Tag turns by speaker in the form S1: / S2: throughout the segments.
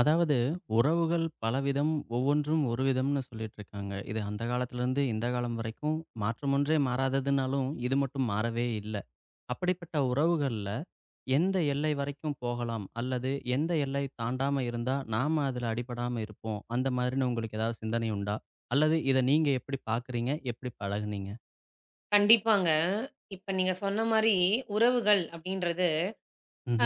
S1: அதாவது உறவுகள் பலவிதம், ஒவ்வொன்றும் ஒரு விதம்னு சொல்லிட்டுருக்காங்க. இது அந்த காலத்திலேருந்து இந்த காலம் வரைக்கும் மாற்றமொன்றே மாறாததுனாலும், இது மட்டும் மாறவே இல்ல. அப்படிப்பட்ட உறவுகள்ல எந்த எல்லை வரைக்கும் போகலாம்? அல்லது எந்த எல்லை தாண்டாம இருந்தா நாம அதில அடிபடாம இருப்போம்? அந்த மாதிரின்னு உங்களுக்கு ஏதாவது சிந்தனை உண்டா? அல்லது இத நீங்க எப்படி பார்க்குறீங்க? எப்படி பழகுனீங்க?
S2: கண்டிப்பாங்க. இப்ப நீங்க சொன்ன மாரி உறவுகள் அப்படின்றது,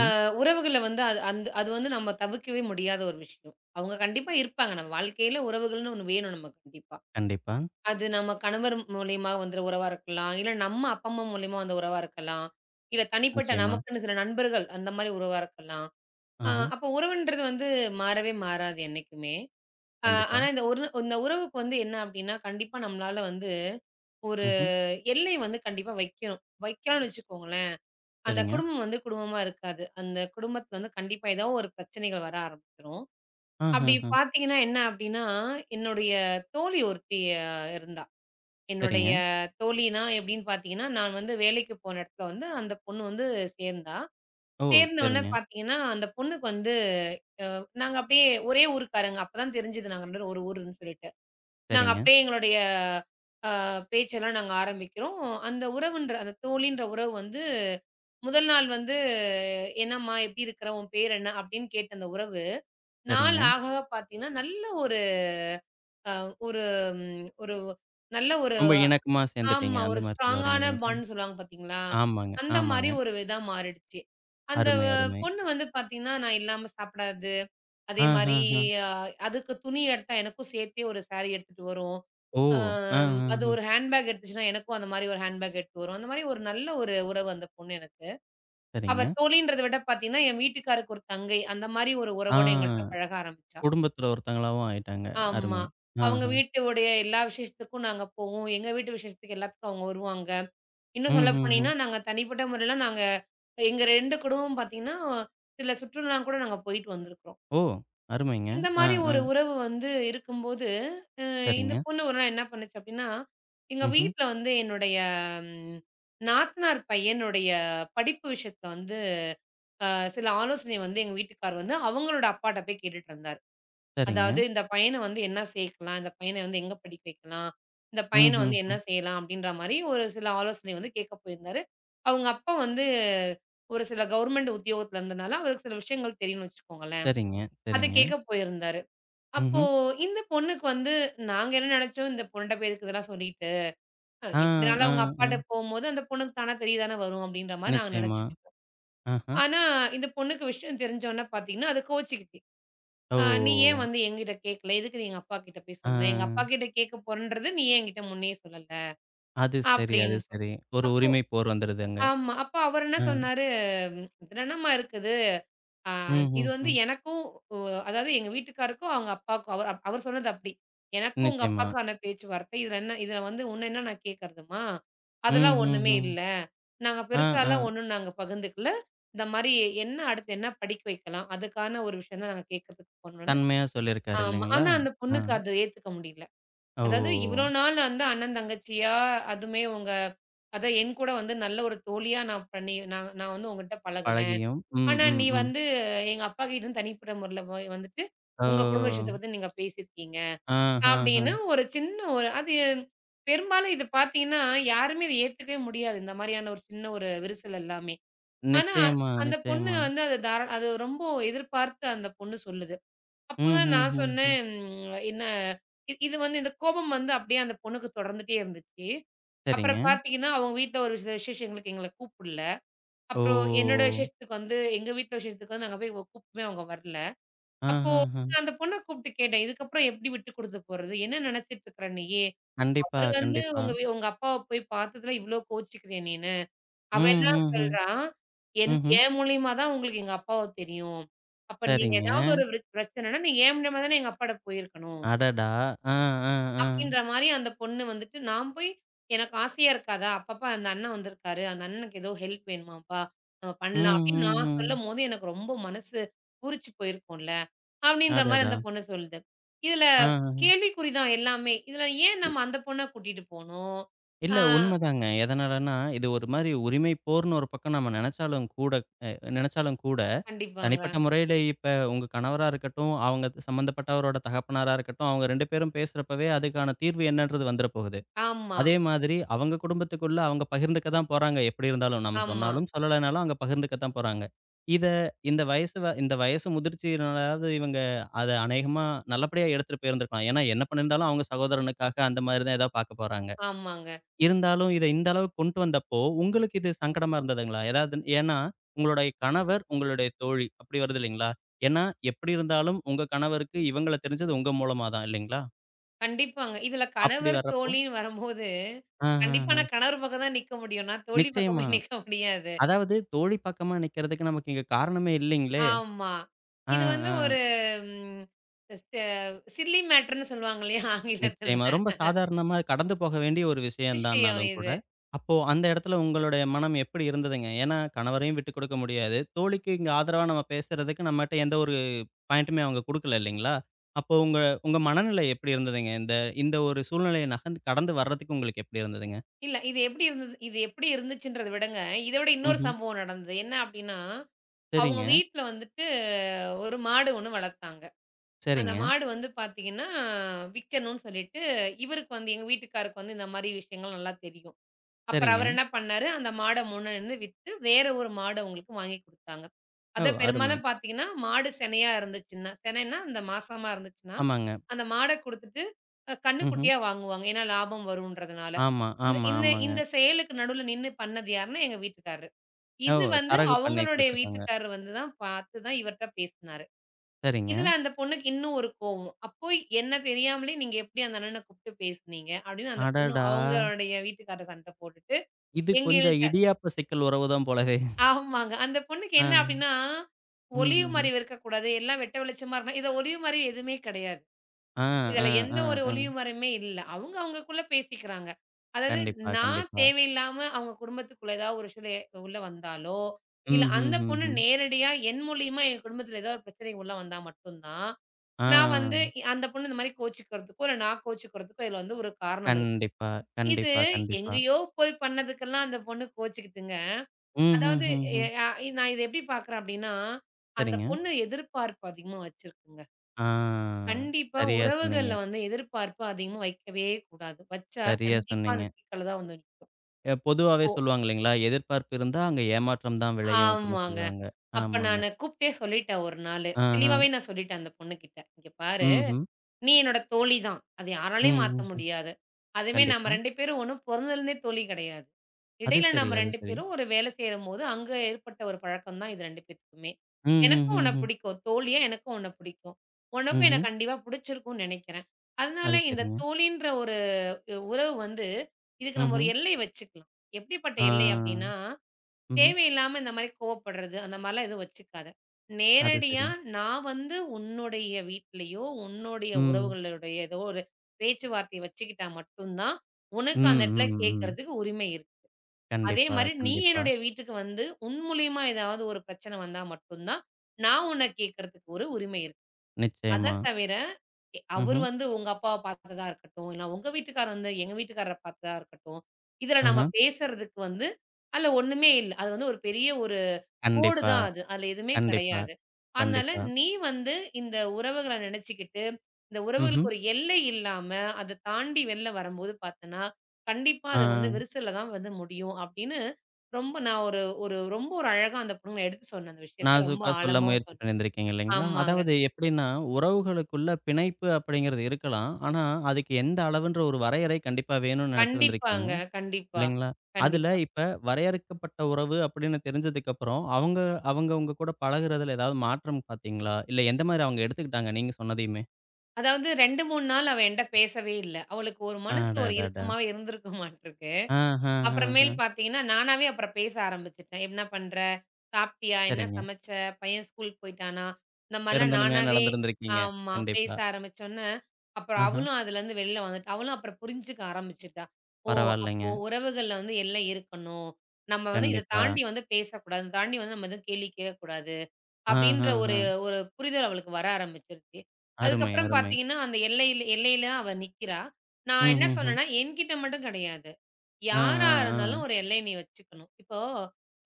S2: அ உறவுகள வந்து அது அந்த அது வந்து நம்ம தவிர்க்கவே முடியாத ஒரு விஷயம். அவங்க கண்டிப்பா இருப்பாங்க. நம்ம வாழ்க்கையில உறவுகள்னு ஒண்ணு வேணும் நமக்கு கண்டிப்பா.
S1: கண்டிப்பா.
S2: அது நம்ம கணவர் மூலியமா வந்த உறவா இருக்கலாம், இல்ல நம்ம அப்பா, அம்மா மூலியமா வந்த உறவா இருக்கலாம், இல்ல தனிப்பட்ட
S1: நிச்சயமா.
S2: நமக்குன்னு சில நண்பர்கள் அந்த மாரி உறவா இருக்கலாம்.
S1: ஆஹ.
S2: அப்போ உறவுன்றது வந்து மாறவே மாறாது என்னைக்குமே. அ
S1: கண்டிப்பா.
S2: ஆனா இந்த ஒரு இந்த உறவுக்கு வந்து என்ன அப்படின்னா, கண்டிப்பா நம்மளால வந்து ஒரு
S1: ம்ஹ்ம்.
S2: எல்லை வந்து கண்டிப்பா வைக்கணும். வைக்கலாம்னு வச்சுக்கோங்களேன். அந்த
S1: சரிங்க.
S2: குடும்பம் வந்து குடும்பமா இருக்காது. அந்த குடும்பத்தில வந்து கண்டிப்பா ஏதோ ஒரு பிரச்சனைகள் வர ஆரம்பிச்சுரும். அப்படி
S1: ஆஹஹ.
S2: பார்த்தீங்கன்னா என்ன அப்படின்னா, என்னுடைய தோழி ஒருத்தி இருந்தா. என்னுடைய
S1: சரிங்க.
S2: தோழினா எப்படின்னு பார்த்தீங்கன்னா, நான் வந்து வேலைக்கு போன இடத்துல வந்து அந்த பொண்ணு வந்து சேர்ந்தா.
S1: ஓ!
S2: சேர்ந்த உடனே
S1: சரிங்க,
S2: பார்த்தீங்கன்னா, அந்த பொண்ணுக்கு வந்து நாங்க அப்படியே ஒரே ஊர்க்காரங்க. அப்பதான் தெரிஞ்சது நாங்க 2 பேரும் ஒரு ஊருன்னு சொல்லிட்டு. நாங்க
S1: சரிங்க,
S2: அப்படியே எங்களுடைய அ பேச்செல்லாம் நாங்க ஆரம்பிக்கிறோம். அந்த உறவுன்ற அந்த தோழின்ற உறவு வந்து முதல் நாள் வந்து "என்னம்மா எப்படி இருக்கிற? உன் பேர் என்ன?" அப்படின்னு கேட்ட அந்த உறவு, நாள்
S1: சரிங்க.
S2: ஆக ஆக பார்த்தீங்கன்னா, நல்ல ஒரு அ ஒரு ஒரு நல்ல ஒரு
S1: ரொம்ப இணக்கமா சேர்ந்துட்டீங்க.
S2: ஆமா.
S1: அந்த
S2: ஒரு
S1: மாரி சொல்ல வர்றீங்க
S2: ஸ்ட்ராங்கான
S1: இல்லைங்களா?
S2: பாண்ட் சொல்லுவாங்க பார்த்தீங்களா?
S1: ஆமாங்க,
S2: அந்த மாரி
S1: ஆமாங்க.
S2: ஒரு இதா மாறிடுச்சு. அந்த
S1: அருமை, அருமை.
S2: பொண்ணு வந்து பார்த்தீங்கன்னா, நான் இல்லாம சாப்பிடாது. அதே
S1: ஆ, ஆ,
S2: மாரி
S1: ஆ.
S2: அ அதுக்கு துணி எடுத்தா எனக்கும் சேர்த்தே ஒரு சாரி எடுத்துட்டு வரும்.
S1: ஓ! ஆ, ஆ,
S2: அது
S1: ஆ.
S2: ஒரு ஹேண்ட்பேக் எடுத்துச்சுன்னா, எனக்கும் அந்த மாரி ஒரு ஹேண்ட்பேக் எடுத்துட்டு வரும். அந்த மாரி ஒரு நல்ல ஒரு உறவு அந்த பொண்ணு எனக்கு. அவ
S1: சரிங்க.
S2: தோழின்றத விட பார்த்தீங்கன்னா, என் வீட்டுக்காருக்கு ஒரு தங்கை. அந்த மாரி ஒரு
S1: ஆ
S2: உறவோட எங்கள்ட்ட பழக ஆரம்பிச்சா.
S1: குடும்பத்துல ஒருத்தங்களாவும் ஆயிட்டாங்க.
S2: ஆமா.
S1: அருமை. ஆ,
S2: அவங்க
S1: ஆ.
S2: வீட்டுடைய எல்லா விசேஷத்துக்கும் நாங்க போவோம். எங்க வீட்டு விசேஷத்துக்கு எல்லாத்துக்கும் அவங்க வருவாங்க.
S1: ம்,
S2: இன்னும் சொல்ல
S1: ம், ம்.
S2: போனீங்கன்னா, நாங்க தனிப்பட்ட முறையில நாங்க எங்க 2 குடும்பமும் பார்த்தீங்கன்னா, சில சுற்றுலா கூட நாங்க போயிட்டு வந்திருக்கிறோம்.
S1: ஓ! அருமைங்க.
S2: இந்த
S1: ஆ,
S2: மாரி
S1: ஆ.
S2: ஒரு உறவு வந்து இருக்கும்போது, அ இந்த
S1: சரிங்க.
S2: பொண்ணு ஒரு நாள் என்ன பண்ணுச்சு அப்டின்னா, எங்க
S1: ம்ஹ்ம்.
S2: வீட்ல வந்து என்னுடைய ம் நாத்தனார் பையனுடைய படிப்பு விஷயத்துல வந்து, அ சில ஆலோசனை வந்து எங்க வீட்டுக்கார் வந்து அவங்களோட அப்பாட்ட போய் கேட்டுட்டு இருந்தாரு.
S1: சரிங்க.
S2: அதாவது இந்த பையன வந்து என்ன சேர்க்கலாம்? இந்த பையன வந்து எங்க படிக்க வைக்கலாம்? இந்த
S1: ம்,
S2: பையன வந்து
S1: ம்,
S2: என்ன
S1: ம்.
S2: செய்யலாம்? அப்படின்ற மாரி ஒரு சில ஆலோசனை வந்து கேட்க போயிருந்தாரு. அவங்க அப்பா வந்து ஒரு சில கவர்மெண்ட் உத்தியோகத்துல இருந்தனால, அவருக்கு சில விஷயங்கள் தெரியும்னு வச்சுக்கோங்களேன்.
S1: சரிங்க,
S2: அது
S1: சரிங்க.
S2: கேட்க போயிருந்தாரு. அப்போ
S1: ம்ஹ்ம்.
S2: இந்த பொண்ணுக்கு வந்து நாங்க என்ன நெனச்சோம், இந்த பொண்ணுட்ட போய் எதுக்கு இதெல்லாம் சொல்லிட்டு,
S1: ஆ,
S2: எப்படினாலும்
S1: ஆ,
S2: அவங்க
S1: ஆ.
S2: அப்பாட்ட போம்போது அந்த பொண்ணுக்கு தானா தெரிய தானே தெரியதானே வரும் அப்படின்ற மாரி நாங்க
S1: நிச்சயமா.
S2: நெனச்சுக்கிட்டோம்.
S1: ஆஹா.
S2: ஆனா இந்த பொண்ணுக்கு விஷயம் தெரிஞ்ச உடனே பார்த்தீங்கன்னா, அது கோவிச்சுக்கிச்சு. ஆ "நீ ஏன்
S1: ஓ!
S2: வந்து என்கிட்ட கேட்கல? எதுக்கு நீ எங்க அப்பாகிட்ட போய்
S1: ஆ.
S2: சொன்ன? எங்க அப்பாகிட்ட கேட்க போறேன்றத நீ ஏன் என்கிட்ட முன்னயே சொல்லல?"
S1: அது சரி, அது
S2: அப்படின்ட்டு.
S1: சரி. ஒரு
S2: அப்போ
S1: உரிமை போர் வந்துருது அங்க.
S2: ஆமா. அப்போ அவரு என்ன
S1: ஆ.
S2: சொன்னாரு, "இதுல என்னம்மா இருக்குது? ஆ
S1: ம்,
S2: இது
S1: ம்,
S2: வந்து
S1: ம்.
S2: எனக்கும் ஒ அதாவது எங்க வீட்டுக்காருக்கும், அவங்க அப்பாவுக்கும்" அவரு அவரு சொன்னது அப்படி. "எனக்கும் உங்க
S1: நிச்சயமா.
S2: அப்பாவுக்கான பேச்சுவார்த்தை. இதுல என்ன இதுல வந்து உன்ன என்ன நான் கேட்கறதும்மா?
S1: ம்,
S2: அதெல்லாம்
S1: ம்,
S2: ஒண்ணுமே
S1: ம்.
S2: இல்ல. நாங்க
S1: ஆ, ஆ.
S2: பெருசாலாம் ஒண்ணும் நாங்க பகிர்ந்துக்கல. இந்த மாரி என்ன அடுத்து என்ன படிக்க வைக்கலாம்? அதுக்கான ஒரு விஷயம் தான் நாங்க கேட்கறதுக்கு போனோம்னா".
S1: தன்மையா சொல்லியிருக்காரு
S2: ஆமா.
S1: இல்லைங்களா?
S2: ஆனா அந்த
S1: ஆ.
S2: பொண்ணுக்கு அது ஏத்துக்க முடியல. அதாவது இவ்ளோ
S1: ஓ!
S2: நாள் வந்து அண்ணன், தங்கச்சியா அதுமே உங்க அதான் என் கூட வந்து நல்ல ஒரு தோழியா நான் பண்ணி நான் நான் வந்து உங்ககிட்ட பழகுனேன்.
S1: பழகியும். ம்,
S2: ஆனா
S1: ம்,
S2: நீ
S1: ம்.
S2: வந்து எங்க அப்பா கிட்டருந்து தனிப்பட்ட முறையில போய் வந்துட்டு, உங்க குடும்ப விஷயத்த
S1: ஓ!
S2: பத்தி நீங்க பேசியிருக்கீங்க.
S1: ஆ, ஆ, ஆ.
S2: அப்படின்னு ஒரு சின்ன ஒரு அது பெரும்பாலும் இது பார்த்தீங்கன்னா, யாருமே இத ஏத்துக்கவே முடியாது. இந்த மாரியான ஒரு சின்ன ஒரு விரிசல் எல்லாமே. ஆனா
S1: நிச்சயமா,
S2: அந்த பொண்ணு
S1: நிச்சயமா.
S2: வந்து அது தாரா அது ரொம்ப எதிர்பார்த்து அந்த பொண்ணு சொல்லுது.
S1: ம்,
S2: அப்போதான்
S1: ம்,
S2: நான்
S1: ம், ம்.
S2: சொன்னேன், என்ன இது வந்து இந்த கோபம் வந்து அப்படியே அந்த பொண்ணுக்கு தொடர்ந்துட்டே இருந்துச்சு.
S1: சரிங்க.
S2: அப்புறம் பார்த்தீங்கன்னா, அவங்க வீட்ல ஒரு சில விசேஷங்களுக்கு எங்கள கூப்பிடல.
S1: ஓ!
S2: அப்புறம் என்னோட விசேஷத்துக்கு வந்து எங்க வீட்ல விசேஷத்துக்கு வந்து நாங்க போய் கூப்பிட்டுமே அவங்க வரல.
S1: ஆ,
S2: அப்போ
S1: ஆ, ஆ.
S2: நான் அந்த பொண்ண கூப்பிட்டு கேட்டேன், "இதுக்கப்புறம் எப்படி விட்டு குடுத்து போறது? என்ன நினைச்சிட்டு இருக்கிற நீயி?
S1: கண்டிப்பா,
S2: அவரு வந்து
S1: கண்டிப்பா.
S2: உங்க உங்க அப்பாவ போய் பார்த்ததுல இவ்ளோ கோவிச்சுக்கிறியா நீ?" அவன்
S1: ம்,
S2: என்ன
S1: ம், ம்.
S2: சொல்றான், என்
S1: ம்ஹ்ம்.
S2: என் மூலியமா தான் உங்களுக்கு எங்க அப்பாவ தெரியும். அப்ப நீங்க
S1: சரிங்க.
S2: ஏதாவது ஒரு பிரச்சனைன்னா, நீ என் மூலியமா தானே எங்க அப்பாட்ட போயிருக்கணும்.
S1: அடடா! ஆ, ஆ, ஆ.
S2: அப்டின்ற மாரி அந்த பொண்ணு வந்துட்டு, நான் போய் எனக்கு ஆசையா இருக்காதா? அப்பப்ப அந்த அண்ணன் வந்திருக்காரு. அந்த அண்ணனுக்கு ஏதோ ஹெல்ப் வேணுமாம்ப்பா, நம்ம
S1: ம்,
S2: பண்ணலாம் அப்டின்னு
S1: ம்,
S2: நான்
S1: ம்.
S2: சொல்லும்போது, எனக்கு ரொம்ப மனசு பூரிச்சு போயிருக்கும்ல. அப்டின்ற மாரி
S1: அடடா!
S2: அந்த பொண்ணு சொல்லுது. இதுல
S1: ஆ, ஆ.
S2: கேள்விக்குறி தான் எல்லாமே. இதுல ஏன் நம்ம அந்த பொண்ண கூட்டிட்டு போணும்? ஆ
S1: இல்ல உண்மதாங்க. எதனாலன்னா, இது ஒரு மாரி உரிமை போர்ன்னு ஒரு பக்கம் நம்ம நெனச்சாலும் கூட அ நெனச்சாலும் கூட
S2: கண்டிப்பாங்க.
S1: தனிப்பட்ட முறையில இப்ப உங்க கணவரா இருக்கட்டும், அவங்க சம்மந்தப்பட்டவரோட தகப்பனாரா இருக்கட்டும், அவங்க 2 பேரும் பேசுறப்பவே அதுக்கான தீர்வு என்னன்றது வந்துற போகுது.
S2: ஆமா,
S1: அதே மாதிரி அவங்க குடும்பத்துக்குள்ள அவங்க பகிர்ந்துக்க தான் போறாங்க. எப்படி இருந்தாலும் நம்ம
S2: ஆமா,
S1: சொன்னாலும், சொல்லலைனாலும் அங்க பகிர்ந்துக்க தான் போறாங்க. இத இந்த வயசு முதிர்ச்சியினாலாவது இவங்க அத அநேகமா நல்லபடியா எடுத்துட்டு போயிருந்திருக்கலாம். ஏன்னா என்ன பண்ணியிருந்தாலும் அவங்க சகோதரனுக்காக அந்த மாரி தான் ஏதாவது பாக்க போறாங்க.
S2: ஆமாங்க.
S1: இருந்தாலும், இத இந்த அளவுக்கு கொண்டு வந்தப்போ, உங்களுக்கு இது சங்கடமா இருந்ததுங்களா? ஏதாவது ஏன்னா, உங்களுடைய கணவர், உங்களுடைய தோழி அப்படி வருது இல்லைங்களா? ஏன்னா, எப்படி இருந்தாலும் உங்க கணவருக்கு இவங்கள தெரிஞ்சது உங்க மூலமா தான் இல்லைங்களா?
S2: கண்டிப்பாங்க. இதுல
S1: அப்படி
S2: கணவர்,
S1: வர்றப்போ
S2: தோழின்னு வரும்போது,
S1: ஆ, ஆ,
S2: கண்டிப்பா
S1: ஆ.
S2: நான் கணவர் பக்கம் தான் நிக்க முடியும். நான் தோழி
S1: நிச்சயமா.
S2: பக்கமே நிக்க முடியாது.
S1: அதாவது தோழி பக்கமா நிக்கிறதுக்கு நமக்கு இங்க காரணமே இல்லைங்களே!
S2: ஆமா.
S1: ஆ,
S2: இது வந்து
S1: ஆ.
S2: ஒரு ம் ஸ் அ சில்லி மேட்டர்ன்னு சொல்லுவாங்க இல்லையா?
S1: நிச்சயமா.
S2: ஆங்கிலத்துல.
S1: ரொம்ப சாதாரணமா கடந்து போக வேண்டிய ஒரு விஷயம்
S2: விஷயம்
S1: தான்னாலும் கூட,
S2: இது.
S1: அப்போ அந்த இடத்துல உங்களுடைய மனம் எப்படி இருந்ததுங்க? ஏன்னா கணவரையும் விட்டுக் கொடுக்க முடியாது. தோழிக்கு இங்க ஆதரவா நம்ம பேசுறதுக்கு நம்மட்ட எந்த ஒரு பாயிண்ட்டுமே அவங்க குடுக்கல இல்லைங்களா? அப்போ உங்க உங்க மனநிலை எப்படி இருந்ததுங்க? இந்த இந்த ஒரு சூழ்நிலையை நகர்ந்து கடந்து வர்றதுக்கு உங்களுக்கு எப்படி இருந்ததுங்க?
S2: இல்ல இது எப்படி இருந்தது இது எப்படி இருந்துச்சுன்றத விடங்க, இத விட இன்னொரு
S1: ம்ஹ்ம்.
S2: சம்பவம் நடந்தது. என்ன அப்படின்னா, அவங்க
S1: சரிங்க,
S2: வீட்ல வந்துட்டு ஒரு மாடு ஒண்ணு வளர்த்தாங்க. அந்த
S1: சரிங்க,
S2: மாடு வந்து பாத்தீங்கன்னா, விக்கணும்னு சொல்லிட்டு, இவருக்கு வந்து எங்க வீட்டுக்காருக்கு வந்து இந்த மாரி விஷயங்கள் நல்லா தெரியும். அப்புறம்
S1: சரிங்க.
S2: அவரு என்ன பண்ணாரு, அந்த மாட முன்னன்னு வித்து, வேற ஒரு மாட அவங்களுக்கு வாங்கி குடுத்தாங்க.
S1: ஓ!
S2: அத
S1: அருமை.
S2: பெரும்பாலும் பார்த்தீங்கன்னா, மாடு சினையா இருந்துச்சுன்னா, சினைன்னா அந்த மாசமா இருந்துச்சுன்னா,
S1: ஆமாங்க.
S2: அந்த மாட குடுத்துட்டு
S1: ம்ஹ்ம்.
S2: கன்னுக்குட்டியா வாங்குவாங்க. ஏன்னா லாபம் வரும்ன்றதுனால.
S1: ஆமா,
S2: இந்த
S1: ஆமா,
S2: இந்த
S1: ஆமாங்க.
S2: இந்த செயலுக்கு நடுவுல நின்னு பண்ணது யாருன்னா, எங்க வீட்டுக்காரரு.
S1: ஓ!
S2: இது வந்து
S1: தரகு பண்ணி
S2: அவங்களுடைய
S1: குடுத்துருக்காங்க.
S2: வீட்டுக்காரரு வந்து தான் பார்த்து தான் இவர்ட்ட பேசினாரு.
S1: சரிங்க.
S2: இதுல அந்த பொண்ணுக்கு இன்னும் ஒரு கோவம். அப்போ என்ன தெரியாமலே நீங்க எப்படி அந்த அண்ணன கூப்ட்டு பேசுனீங்க? அப்படின்னு அந்த பொண்ணு
S1: அடடா!
S2: அவங்களுடைய வீட்டுக்காரர் சண்ட போட்டுட்டு
S1: இது கொஞ்சம்
S2: எங்கள்ட்ட.
S1: இடியாப்ப சிக்கல் உறவு தான் போலவே!
S2: ஆமாங்க. அந்த பொண்ணுக்கு
S1: ஆ.
S2: என்ன அப்டின்னா, ஒளிவு
S1: ம்ஹ்ஹ்ம்.
S2: மறைவு இருக்கக்கூடாது. எல்லாம் வெட்ட வெளிச்சமா இருக்கணும். இத ஒளிவு மறைவு எதுவுமே கிடையாது.
S1: ஆ, ஆ,
S2: இதுல எந்த
S1: ஆ,
S2: ஒரு
S1: ஆ.
S2: ஒளிவு மறைவுமே இல்ல. அவங்க அவங்களுக்குள்ள பேசிக்கிறாங்க. அதாவது
S1: கண்டிப்பா,
S2: நான்
S1: கண்டிப்பா.
S2: தேவையில்லாம அவங்க குடும்பத்துக்குள்ள ஏதாவது ஒரு விஷயத்துல உள்ள வந்தாலோ, இல்ல அந்த பொண்ணு
S1: ம்ஹ்ஹ்ஹ்ம்.
S2: நேரடியா என் மூலியமா என் குடும்பத்துல ஏதோ ஒரு பிரச்சனைக்கு உள்ள வந்தா மட்டும் தான், நான் வந்து
S1: ஆ.
S2: அந்த பொண்ணு இந்த மாரி கோவிச்சுக்கிறதுக்கோ, இல்ல நான் கோவிச்சுக்கிறதுக்கோ இதுல வந்து ஒரு காரணம் இருக்குது.
S1: கண்டிப்பா,
S2: இது
S1: கண்டிப்பா, கண்டிப்பா.
S2: எங்கேயோ போய் பண்ணதுக்கெல்லாம் அந்த பொண்ணு கோவிச்சுக்கிதுங்க. அதாவது
S1: ம்ஹ்ஹ்ஹ்ம்.
S2: நான் இத எப்படி பார்க்குறேன் அப்படின்னா, அந்த
S1: சரிங்க.
S2: பொண்ணு எதிர்பார்ப்பு அதிகமா வச்சிருக்குங்க.
S1: ஆ.
S2: கண்டிப்பா
S1: சரியா சொன்னீங்க,
S2: உறவுகள்ல வந்து எதிர்பார்ப்பு அதிகமா வைக்கவே கூடாது. வச்சா
S1: சரியா
S2: கண்டிப்பா
S1: சொன்னீங்க.
S2: அந்த சிக்கல்ல தான் வந்து நிக்கும்.
S1: அ பொதுவாவே
S2: ஓ
S1: சொல்லுவாங்க இல்லைங்களா? எதிர்பார்ப்பு இருந்தா அங்க ஏமாற்றம் தான் விளையும் அப்படின்னு
S2: ஆமாங்க.
S1: சொல்லுவாங்க.
S2: அப்ப
S1: ஆமாங்க.
S2: நானு கூப்ட்டே சொல்லிட்டேன் ஒரு நாளு.
S1: ஆஹ.
S2: தெளிவாவே நான் சொல்லிட்டேன் அந்த பொண்ணுகிட்ட. "இங்க பாரு,
S1: ம்ஹ்ம்.
S2: நீ என்னோட தோழி தான். அது யாராலயும் மாத்த
S1: ம்ஹ்ஹ்ம்.
S2: முடியாது. அதுவுமே நம்ம
S1: கண்டிப்பா.
S2: 2 பேரும் ஒண்ணும் பொறந்ததுலருந்தே தோழி கிடையாது.
S1: அது
S2: இடையில
S1: சரி,
S2: நம்ம
S1: அது
S2: 2
S1: சரி.
S2: பேரும் ஒரு வேலை செய்யும்போது, அங்க ஏற்பட்ட ஒரு பழக்கம் தான் இது 2 பேத்துக்குமே. எனக்கும் உன்ன
S1: ம்ஹ்ஹ்ஹ்ம்.
S2: பிடிக்கும். தோழியா எனக்கும் உன்ன பிடிக்கும். உனக்கும் என்ன
S1: ம்ஹ்ம்.
S2: கண்டிப்பா பிடிச்சிருக்கும்னு நெனைக்கிறேன். அதனால
S1: அது
S2: இந்த
S1: சரிங்க.
S2: தோழின்ற ஒரு உறவு வந்து, இதுக்கு நம்ம ஒரு
S1: ம்ஹ்ம்.
S2: எல்லை வச்சுக்கலாம். எப்படிப்பட்ட எல்லை
S1: ஆ.
S2: அப்படின்னா,
S1: ம்ஹ்ம்.
S2: தேவையில்லாம இந்த மாரி கோவப்படுறது, அந்த மாரிலாம் எதுவும் வச்சுக்காத.
S1: அது
S2: நேரடியா
S1: சரி.
S2: நான் வந்து உன்னுடைய வீட்லயோ, உன்னுடைய
S1: ம்.
S2: உறவுகளுடைய ஏதோ ஒரு பேச்சுவார்த்தைய வச்சுக்கிட்டா மட்டும் தான், உனக்கு
S1: ம்,
S2: அந்த இடத்துல
S1: ம், ம்.
S2: கேட்கறதுக்கு உரிமை இருக்கு. அதே
S1: கண்டிப்பா,
S2: மாரி நீ
S1: கண்டிப்பா.
S2: என்னுடைய வீட்டுக்கு வந்து உன் மூலியமா ஏதாவது ஒரு பிரச்சனை வந்தா மட்டும் தான், நான் உன்ன கேட்கறதுக்கு ஒரு உரிமை இருக்கு. அத
S1: நிச்சயமா.
S2: தவிர அவர்
S1: ம்ஹ்ம்.
S2: வந்து உங்க அப்பாவ பார்த்ததா இருக்கட்டும், இல்ல உங்க வீட்டுக்காரர் வந்து எங்க வீட்டுக்காரர பார்த்ததா இருக்கட்டும், இதுல நம்ம
S1: ஆஹா.
S2: பேசுறதுக்கு வந்து அதுல ஒண்ணுமே இல்ல. அது வந்து ஒரு பெரிய ஒரு கோடு
S1: கண்டிப்பா,
S2: தான் அது. அதுல எதுவுமே
S1: கண்டிப்பா,
S2: கிடையாது. அதனால
S1: கண்டிப்பா.
S2: நீ வந்து இந்த உறவுகள நினைச்சுக்கிட்டு, இந்த
S1: ம்ஹ்ம்.
S2: உறவுகளுக்கு ஒரு எல்லை இல்லாம, அத தாண்டி வெளில வரும்போது பார்த்தன்னா, கண்டிப்பா
S1: ஆ.
S2: அது வந்து விரிசல்ல தான் வந்து முடியும். அப்படின்னு ரொம்ப நான் ஒரு ஒரு ரொம்ப ஒரு அழகா அந்த பொண்ணுங்கள எடுத்து சொன்னேன். அந்த விஷயத்த ரொம்ப
S1: நாசூக்கா சொல்ல
S2: ஆழமாவும்
S1: முயற்சி
S2: சொன்னேன்.
S1: பண்ணியிருந்திருக்கீங்க இல்லைங்களா?
S2: ஆமாங்க.
S1: அதாவது எப்படின்னா, உறவுகளுக்குள்ள பிணைப்பு அப்படிங்கிறது இருக்கலாம். ஆனா, அதுக்கு எந்த அளவுன்ற ஒரு வரையறை கண்டிப்பா வேணும்னு நெனச்சிருந்திருக்கீங்க.
S2: கண்டிப்பாங்க. கண்டிப்பா.
S1: இல்லைங்களா? அதுல
S2: கண்டிப்பா.
S1: இப்ப வரையறுக்கப்பட்ட உறவு அப்படின்னு தெரிஞ்சதுக்கப்புறம், அவங்க அவங்க உங்க கூட பழகுறதுல ஏதாவது மாற்றம் பார்த்தீங்களா? இல்ல எந்த மாரி அவங்க எடுத்துக்கிட்டாங்க நீங்க சொன்னதையுமே?
S2: அதாவது 2, 3 நாள் அவ என்ட்ட பேசவே இல்ல. அவளுக்கு ஒரு மனசு ஒரு
S1: அடடடா!
S2: இறுக்கமாவே இருந்திருக்கும் மாட்டுருக்கு. அப்புறமேல்
S1: ஆஹஹஹ.
S2: பார்த்தீங்கன்னா, நானாவே அப்புறம் பேச ஆரம்பிச்சுட்டேன். "என்ன பண்ற? சாப்பிட்டியா? என்ன
S1: சரிங்க.
S2: சமைச்ச? பையன் ஸ்கூலுக்கு போய்ட்டானா?" இந்த மாரிலாம்
S1: பெருந்தன்மையா
S2: நானாவே
S1: நடந்திருந்திருக்கீங்க.
S2: ஆமா. பேச
S1: கண்டிப்பா.
S2: ஆரம்பிச்சோன்னே, அப்புறம்
S1: ஆஹா.
S2: அவளும் அதுலருந்து வெளில வந்துட்டா. அவளும் அப்புறம் புரிஞ்சுக்க ஆரம்பிச்சுட்டா. "ஓ!
S1: பரவாயில்லைங்க.
S2: அப்போ உறவுகள்ல வந்து எல்லை இருக்கணும். நம்ம வந்து இத
S1: கண்டிப்பா.
S2: தாண்டி வந்து பேசக்கூடாது. இத தாண்டி வந்து நம்ம எதுவும் கேள்வி கேட்கக்கூடாது." அப்படீன்ற ஒரு
S1: ஆஹஹ.
S2: ஒரு புரிதல் அவளுக்கு வர ஆரம்பிச்சுருச்சு.
S1: அருமை,
S2: அதுக்கப்புறம்
S1: அருமை.
S2: பார்த்தீங்கன்னா, அந்த எல்லையில எல்லையில தான் அவ நிக்கிறா. நான் என்ன
S1: ம்ஹ்ஹ்ம்.
S2: சொன்னேன்னா, என்கிட்ட மட்டும் கிடையாது.
S1: ஆ,
S2: யாரா
S1: ஆ, ஆ.
S2: இருந்தாலும் ஒரு எல்லை நீ வச்சுக்கணும். இப்போ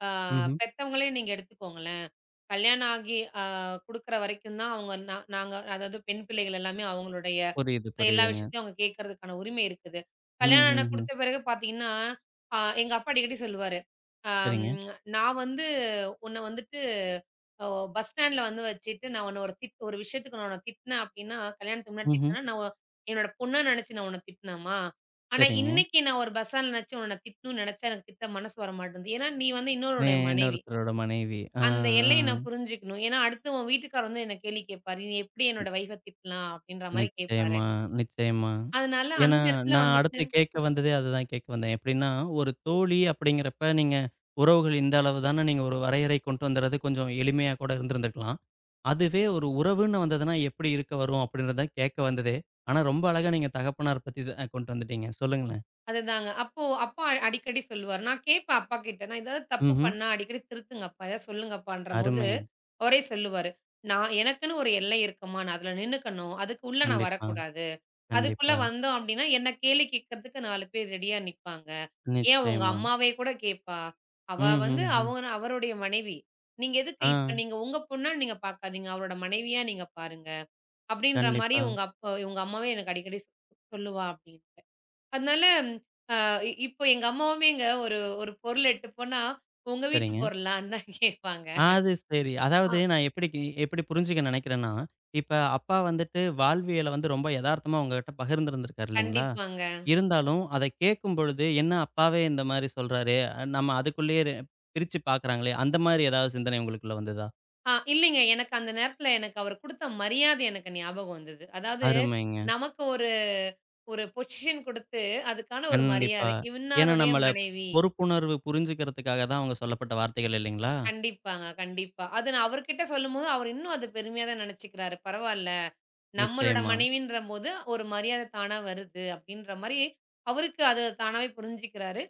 S2: அ
S1: ம்ஹ்ம்.
S2: பெத்தவங்களே நீங்க எடுத்துக்கோங்களேன். கல்யாணம் ஆகி குடுக்குற வரைக்கும் தான் அவங்க நாங்க அதாவது பெண் பிள்ளைகள் எல்லாமே அவங்களுடைய
S1: புரியுது,
S2: எல்லா
S1: புரியுதுங்க.
S2: விஷயத்தையும் அவங்க கேட்கறதுக்கான உரிமை இருக்குது. கல்யாணம் ஆன
S1: ம்ஹ்ஹ்ம்.
S2: குடுத்த பிறகு பார்த்தீங்கன்னா, அ எங்க அப்பா அடிக்கடி சொல்லுவாரு. அம்
S1: சரிங்க.
S2: "நான் வந்து உன்ன வந்து ஓ! பஸ் ஸ்டாண்ட்ல வந்து வச்சுட்டு நான் உன்ன ஒரு ஒரு விஷயத்துக்கு நான் உன்ன திட்டினேன் அப்படின்னா, கல்யாணத்துக்கு முன்னாடி
S1: ம்ஹ்ம்.
S2: திட்டினேன்னா, நான் என்னோட பொண்ணா நினைச்சு நான் உன்ன திட்டினேமா? ஆனா,
S1: சரிங்க.
S2: இன்னைக்கு நான் ஒரு பஸ் ஸ்டாண்ட்ல நினைச்சு உன்ன திட்டணும்னு நினைச்சா எனக்கு திட்ட மனசு வர மாட்டேங்குது. ஏன்னா, நீ வந்து இன்னொருடைய மனைவி.
S1: இன்னொருத்தரோட மனைவி. ஆ,
S2: அந்த
S1: ஆ.
S2: எல்லைய நான் புரிஞ்சுக்கணும். ஏன்னா, அடுத்து உன் வீட்டுக்காரர் வந்து என்ன கேள்வி கேட்பாரு. நீ எப்படி என்னோட வைஃப்ப திட்டலாம்? அப்படின்ற மாரி கேட்பாரு.
S1: நிச்சயமா, நிச்சயமா.
S2: அதனால
S1: ஏன்னா,
S2: அந்த இடத்துல
S1: நான்
S2: வந்துட்டு
S1: அடுத்து கேட்க வந்ததே அதுதான் கேட்க வந்தேன். எப்படின்னா, ஒரு தோழி அப்படிங்கிறப்ப, உறவுகள் இந்த அளவு தான்னு நீங்க ஒரு வரையறை கொண்டு வந்துறது கொஞ்சம் எளிமையா கூட இருந்திருந்துருக்கலாம். அதுவே ஒரு உறவுன்னு வந்ததுனா, எப்படி இருக்க வரும்? அப்படின்றத கேட்க வந்ததே. ஆனா, ரொம்ப அழகா நீங்க தகப்பனார் பத்தி தான் கொண்டு வந்துட்டீங்க. சொல்லுங்களேன்.
S2: அதுதாங்க. அப்போ அப்பா அடிக்கடி சொல்லுவாரு. நான் கேட்பேன் அப்பாகிட்ட. நான் ஏதாவது தப்பு
S1: ம்ஹ்ம்.
S2: பண்ணா அடிக்கடி திருத்துங்கப்பா, ஏதாவது சொல்லுங்கப்பான்றபோது,
S1: அருமை.
S2: அவரே சொல்லுவாரு. நான் எனக்குன்னு ஒரு எல்லை இருக்கும்மா. நான் அதுல நின்னுக்கணும். அதுக்கு உள்ள நான்
S1: கண்டிப்பா,
S2: வரக்கூடாது. அதுக்குள்ள
S1: கண்டிப்பா.
S2: வந்தோம் அப்டின்னா, என்ன கேலி கேட்கறதுக்கு 4 பேர் ரெடியா நிப்பாங்க. ஏன் உங்க
S1: நிச்சயமா.
S2: அம்மாவே கூட கேட்பா.
S1: ம்,
S2: அவ வந்து
S1: ம், ம்.
S2: அவங்க அவருடைய மனைவி. நீங்க எதுக்கு
S1: ஆ,
S2: இப்ப நீங்க உங்க பொண்ணா நீங்க பார்க்காதீங்க. அவரோட மனைவியா நீங்க பாருங்க. அப்டின்ற மாரி
S1: கண்டிப்பா.
S2: உங்க அப்பா உங்க அம்மாவே எனக்கு அடிக்கடி சொல்லுவா அப்டின்னு. அதனால, அ இ இப்போ எங்க அம்மாவுமேங்க ஒரு ஒரு பொருள் எட்டு போனா, "உங்க வீட்டு
S1: சரிங்க.
S2: பொருளான்னு" தான் கேட்பாங்க.
S1: அது சரி.
S2: ஆ
S1: அதாவது நான் எப்படி கி எப்படி புரிஞ்சுக்க நினைக்கிறேன்னா, இப்ப அப்பா வந்துட்டு வாழ்வியல வந்து ரொம்ப எதார்த்தமா உங்ககிட்ட பகிர்ந்திருந்திருக்காரு இல்லைங்களா?
S2: கண்டிப்பாங்க.
S1: இருந்தாலும் அத கேட்கும்பொழுது, "என்ன அப்பாவே இந்த மாரி சொல்றாரே!" நம்ம அதுக்குள்ளேயே ரெ பிரிச்சு பார்க்குறாங்களே, அந்த மாரி ஏதாவது சிந்தனை உங்களுக்குள்ள வந்ததா?
S2: ஆ இல்லைங்க. எனக்கு அந்த நேரத்துல எனக்கு அவர் குடுத்த மரியாதை எனக்கு ஞாபகம் வந்தது. அதாவது
S1: அருமைங்க.
S2: நமக்கு ஒரு ஒரு பொசிஷன் குடுத்து, அதுக்கான ஒரு
S1: கண்டிப்பா.
S2: மரியாதை.
S1: ஏன்னா
S2: இவனாருடைய
S1: நம்மள
S2: மனைவி.
S1: பொறுப்புணர்வு புரிஞ்சுக்கிறதுக்காக தான் அவங்க சொல்லப்பட்ட வார்த்தைகள் இல்லைங்களா?
S2: கண்டிப்பாங்க, கண்டிப்பா. அது நான் அவர்கிட்ட சொல்லும்போது, அவரு இன்னும் அத பெருமையா தான் நெனச்சுக்கிறாரு. பரவால்ல, நம்மளோட
S1: நிச்சயமா,
S2: மனைவின்றபோது ஒரு மரியாதை தானா வருது, அப்படின்ற மாரி அவருக்கு அது தானாவே புரிஞ்சுக்கிறாரு.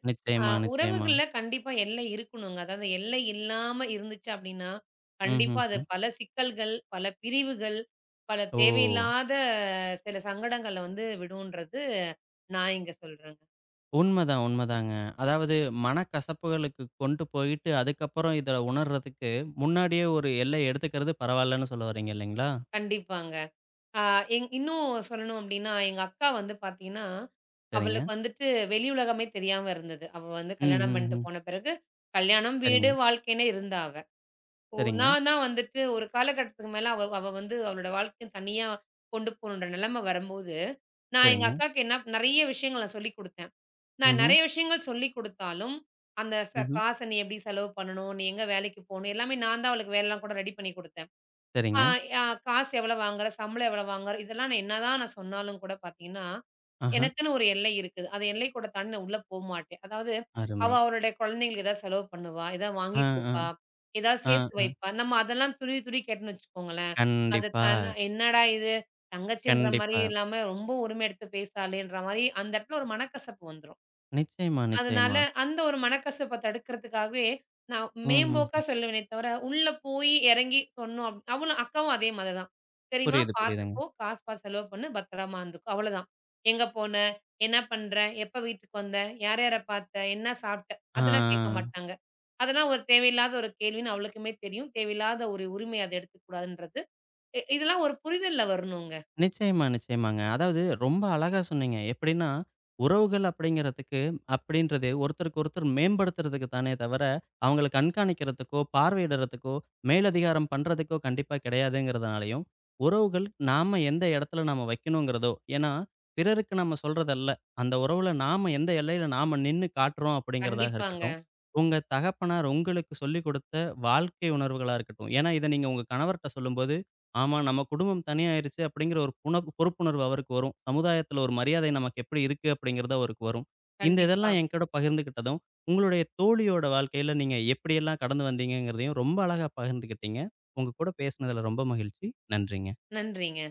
S2: அ
S1: நிச்சயமா, நிச்சயமா.
S2: உறவுகள்ல கண்டிப்பா எல்லை இருக்கணுங்க. அதாவது எல்லை இல்லாம இருந்துச்சு அப்படின்னா, கண்டிப்பா அது
S1: ம்ஹ்ஹ்ம்.
S2: பல சிக்கல்கள், பல பிரிவுகள், பல
S1: ஓ!
S2: தேவையில்லாத சில சங்கடங்கள வந்து விடும்ன்றது நான் இங்க சொல்றேங்க.
S1: உண்மதான், உண்மதாங்க. அதாவது மனக்கசப்புகளுக்கு கொண்டு போயிட்டு, அதுக்கப்புறம் இத உணர்றதுக்கு முன்னாடியே ஒரு எல்லை எடுத்துக்கிறது பரவாயில்லன்னு சொல்ல வர்றீங்க இல்லைங்களா?
S2: கண்டிப்பாங்க. ஆ எங் இன்னும் சொல்லணும் அப்டின்னா, எங்க அக்கா வந்து பாத்தீங்கன்னா,
S1: சரிங்க.
S2: அவளுக்கு வந்துட்டு வெளி உலகமே தெரியாம இருந்தது. அவ வந்து
S1: ம்,
S2: கல்யாணம்
S1: ம்,
S2: பண்ணிட்டு
S1: ம்.
S2: போன பிறகு, கல்யாணம், வீடு,
S1: சரிங்க,
S2: வாழ்க்கைன்னே இருந்தா அவ. ஓ
S1: சரிங்க,
S2: நான் தான் வந்துட்டு ஒரு காலகட்டத்துக்கு மேல அவ அவ வந்து அவளோட வாழ்க்கைய தனியா கொண்டு போணுன்ற நிலைமை வரும்போது, நான் எங்க
S1: சரிங்க.
S2: அக்காக்கு என்ன நெறைய விஷயங்கள் நான் சொல்லிக் குடுத்தேன். நான்
S1: ம்ஹ்ம்,
S2: நெறைய விஷயங்கள் சொல்லிக் குடுத்தாலும், அந்த ச
S1: ம்ஹ்ம்.
S2: காச நீ எப்டி செலவு பண்ணணும்? நீ எங்க வேலைக்கு போணும்? எல்லாமே நான் தான் அவளுக்கு வேலைலாம் கூட ரெடி பண்ணி குடுத்தேன். ஆ,
S1: சரிங்க.
S2: ஆ, காசு எவ்வளோ வாங்குற? சம்பளம் எவ்வளோ வாங்குற? இதெல்லாம் நான் என்னதான் நான் சொன்னாலும் கூட பார்த்தீங்கன்னா,
S1: ஆஹ.
S2: எனக்குன்னு ஒரு எல்லை இருக்குது. அந்த எல்லைக்கூட தாண்டி நான் உள்ள போமாட்டேன். அதாவது, அவ
S1: அருமை.
S2: அவளுடைய குழந்தைங்களுக்கு ஏதாவது செலவு பண்ணுவா, ஏதாவது
S1: ஆ,
S2: வாங்கி
S1: ஆ,
S2: குடுப்பா, ஏதாவது
S1: ஆ,
S2: சேர்த்து
S1: ஆ.
S2: வைப்பா. நம்ம அதெல்லாம் துருவி துருவி கேட்டோம்னு வச்சுக்கோங்களேன், அது
S1: கண்டிப்பா,
S2: தன் என்னடா இது! தங்கச்சின்ற மாரி
S1: கண்டிப்பா.
S2: இல்லாம ரொம்ப உரிமை எடுத்து பேசுறாளேன்ற மாரி, அந்த இடத்துல ஒரு மனக்கசப்பு வந்துரும்.
S1: நிச்சயமா,
S2: அதனால
S1: நிச்சயமா.
S2: அந்த ஒரு மனக்கசப்ப தடுக்கிறதுக்காகவே, நான்
S1: ம்ஹ்ம்.
S2: மேம்போக்கா சொல்லுவேனே தவிர, உள்ள போய் இறங்கி சொன்னோம் அவளும் அக்காவும் அதே மாதிரி தான். "சரிம்மா
S1: புரியுது, புரியுதுங்க.
S2: பார்த்துக்கோ, காசு பார்த்து செலவு பண்ணு, பத்திரமா இருந்துக்கோ." அவ்வளதான். "எங்க போன? என்ன பண்ற? எப்ப வீட்டுக்கு வந்த? யார் யார பார்த்த? என்ன சாப்பிட்ட?"
S1: ஆ.
S2: அதெல்லாம் கேட்க மாட்டாங்க. அதெல்லாம் ஒரு தேவையில்லாத ஒரு கேள்வின்னு அவளுக்குமே தெரியும். தேவையில்லாத ஒரு உரிமை அத எடுத்துக்கக்கூடாதுன்றது. இதெல்லாம் ஒரு புரிதல்ல வரணுங்க.
S1: நிச்சயமா, நிச்சயமாங்க. அதாவது ரொம்ப அழகா சொன்னீங்க. எப்படின்னா, உறவுகள் அப்படிங்கிறதுக்கு அப்படின்றது ஒருத்தருக்கு ஒருத்தர் மேம்படுத்துறதுக்கு தானே தவிர, அவங்கள கண்காணிக்கிறதுக்கோ, பார்வையிடுறதுக்கோ, மேலதிகாரம் பண்றதுக்கோ கண்டிப்பா கிடையாதுங்கிறதுனாலயும், உறவுகள் நாம எந்த இடத்துல நாம வைக்கணுங்கிறதோ, ஏன்னா பிறருக்கு நம்ம சொல்றதல்ல. அந்த உறவுல நாம எந்த எல்லையில நாம நின்னு காட்டுறோம் அப்படிங்கிறதாக
S2: கண்டிப்பாங்க.
S1: இருக்கட்டும். உங்க தகப்பனார் உங்களுக்கு சொல்லிக் குடுத்த வாழ்க்கை உணர்வுகளா இருக்கட்டும். ஏன்னா இத நீங்க உங்க கணவர்ட்ட சொல்லும்போது ஆமா. நம்ம குடும்பம் தனியாயிருச்சு அப்படிங்கிற ஒரு பொறுப்புணர்வு அவருக்கு வரும். சமுதாயத்துல ஒரு மரியாதை நமக்கு எப்படி இருக்கு அப்படிங்கிறது அவருக்கு வரும்.
S2: கண்டிப்பா.
S1: இதெல்லாம் என்கூட பகிர்ந்துக்கிட்டதும், உங்களுடைய தோழியோட வாழ்க்கையில நீங்க எப்படியெல்லாம் கடந்து வந்தீங்கங்கிறதையும் ரொம்ப அழகா பகிர்ந்துக்கிட்டீங்க. உங்க கூட பேசினதுல ரொம்ப மகிழ்ச்சி. நன்றிங்க.
S2: நன்றிங்க.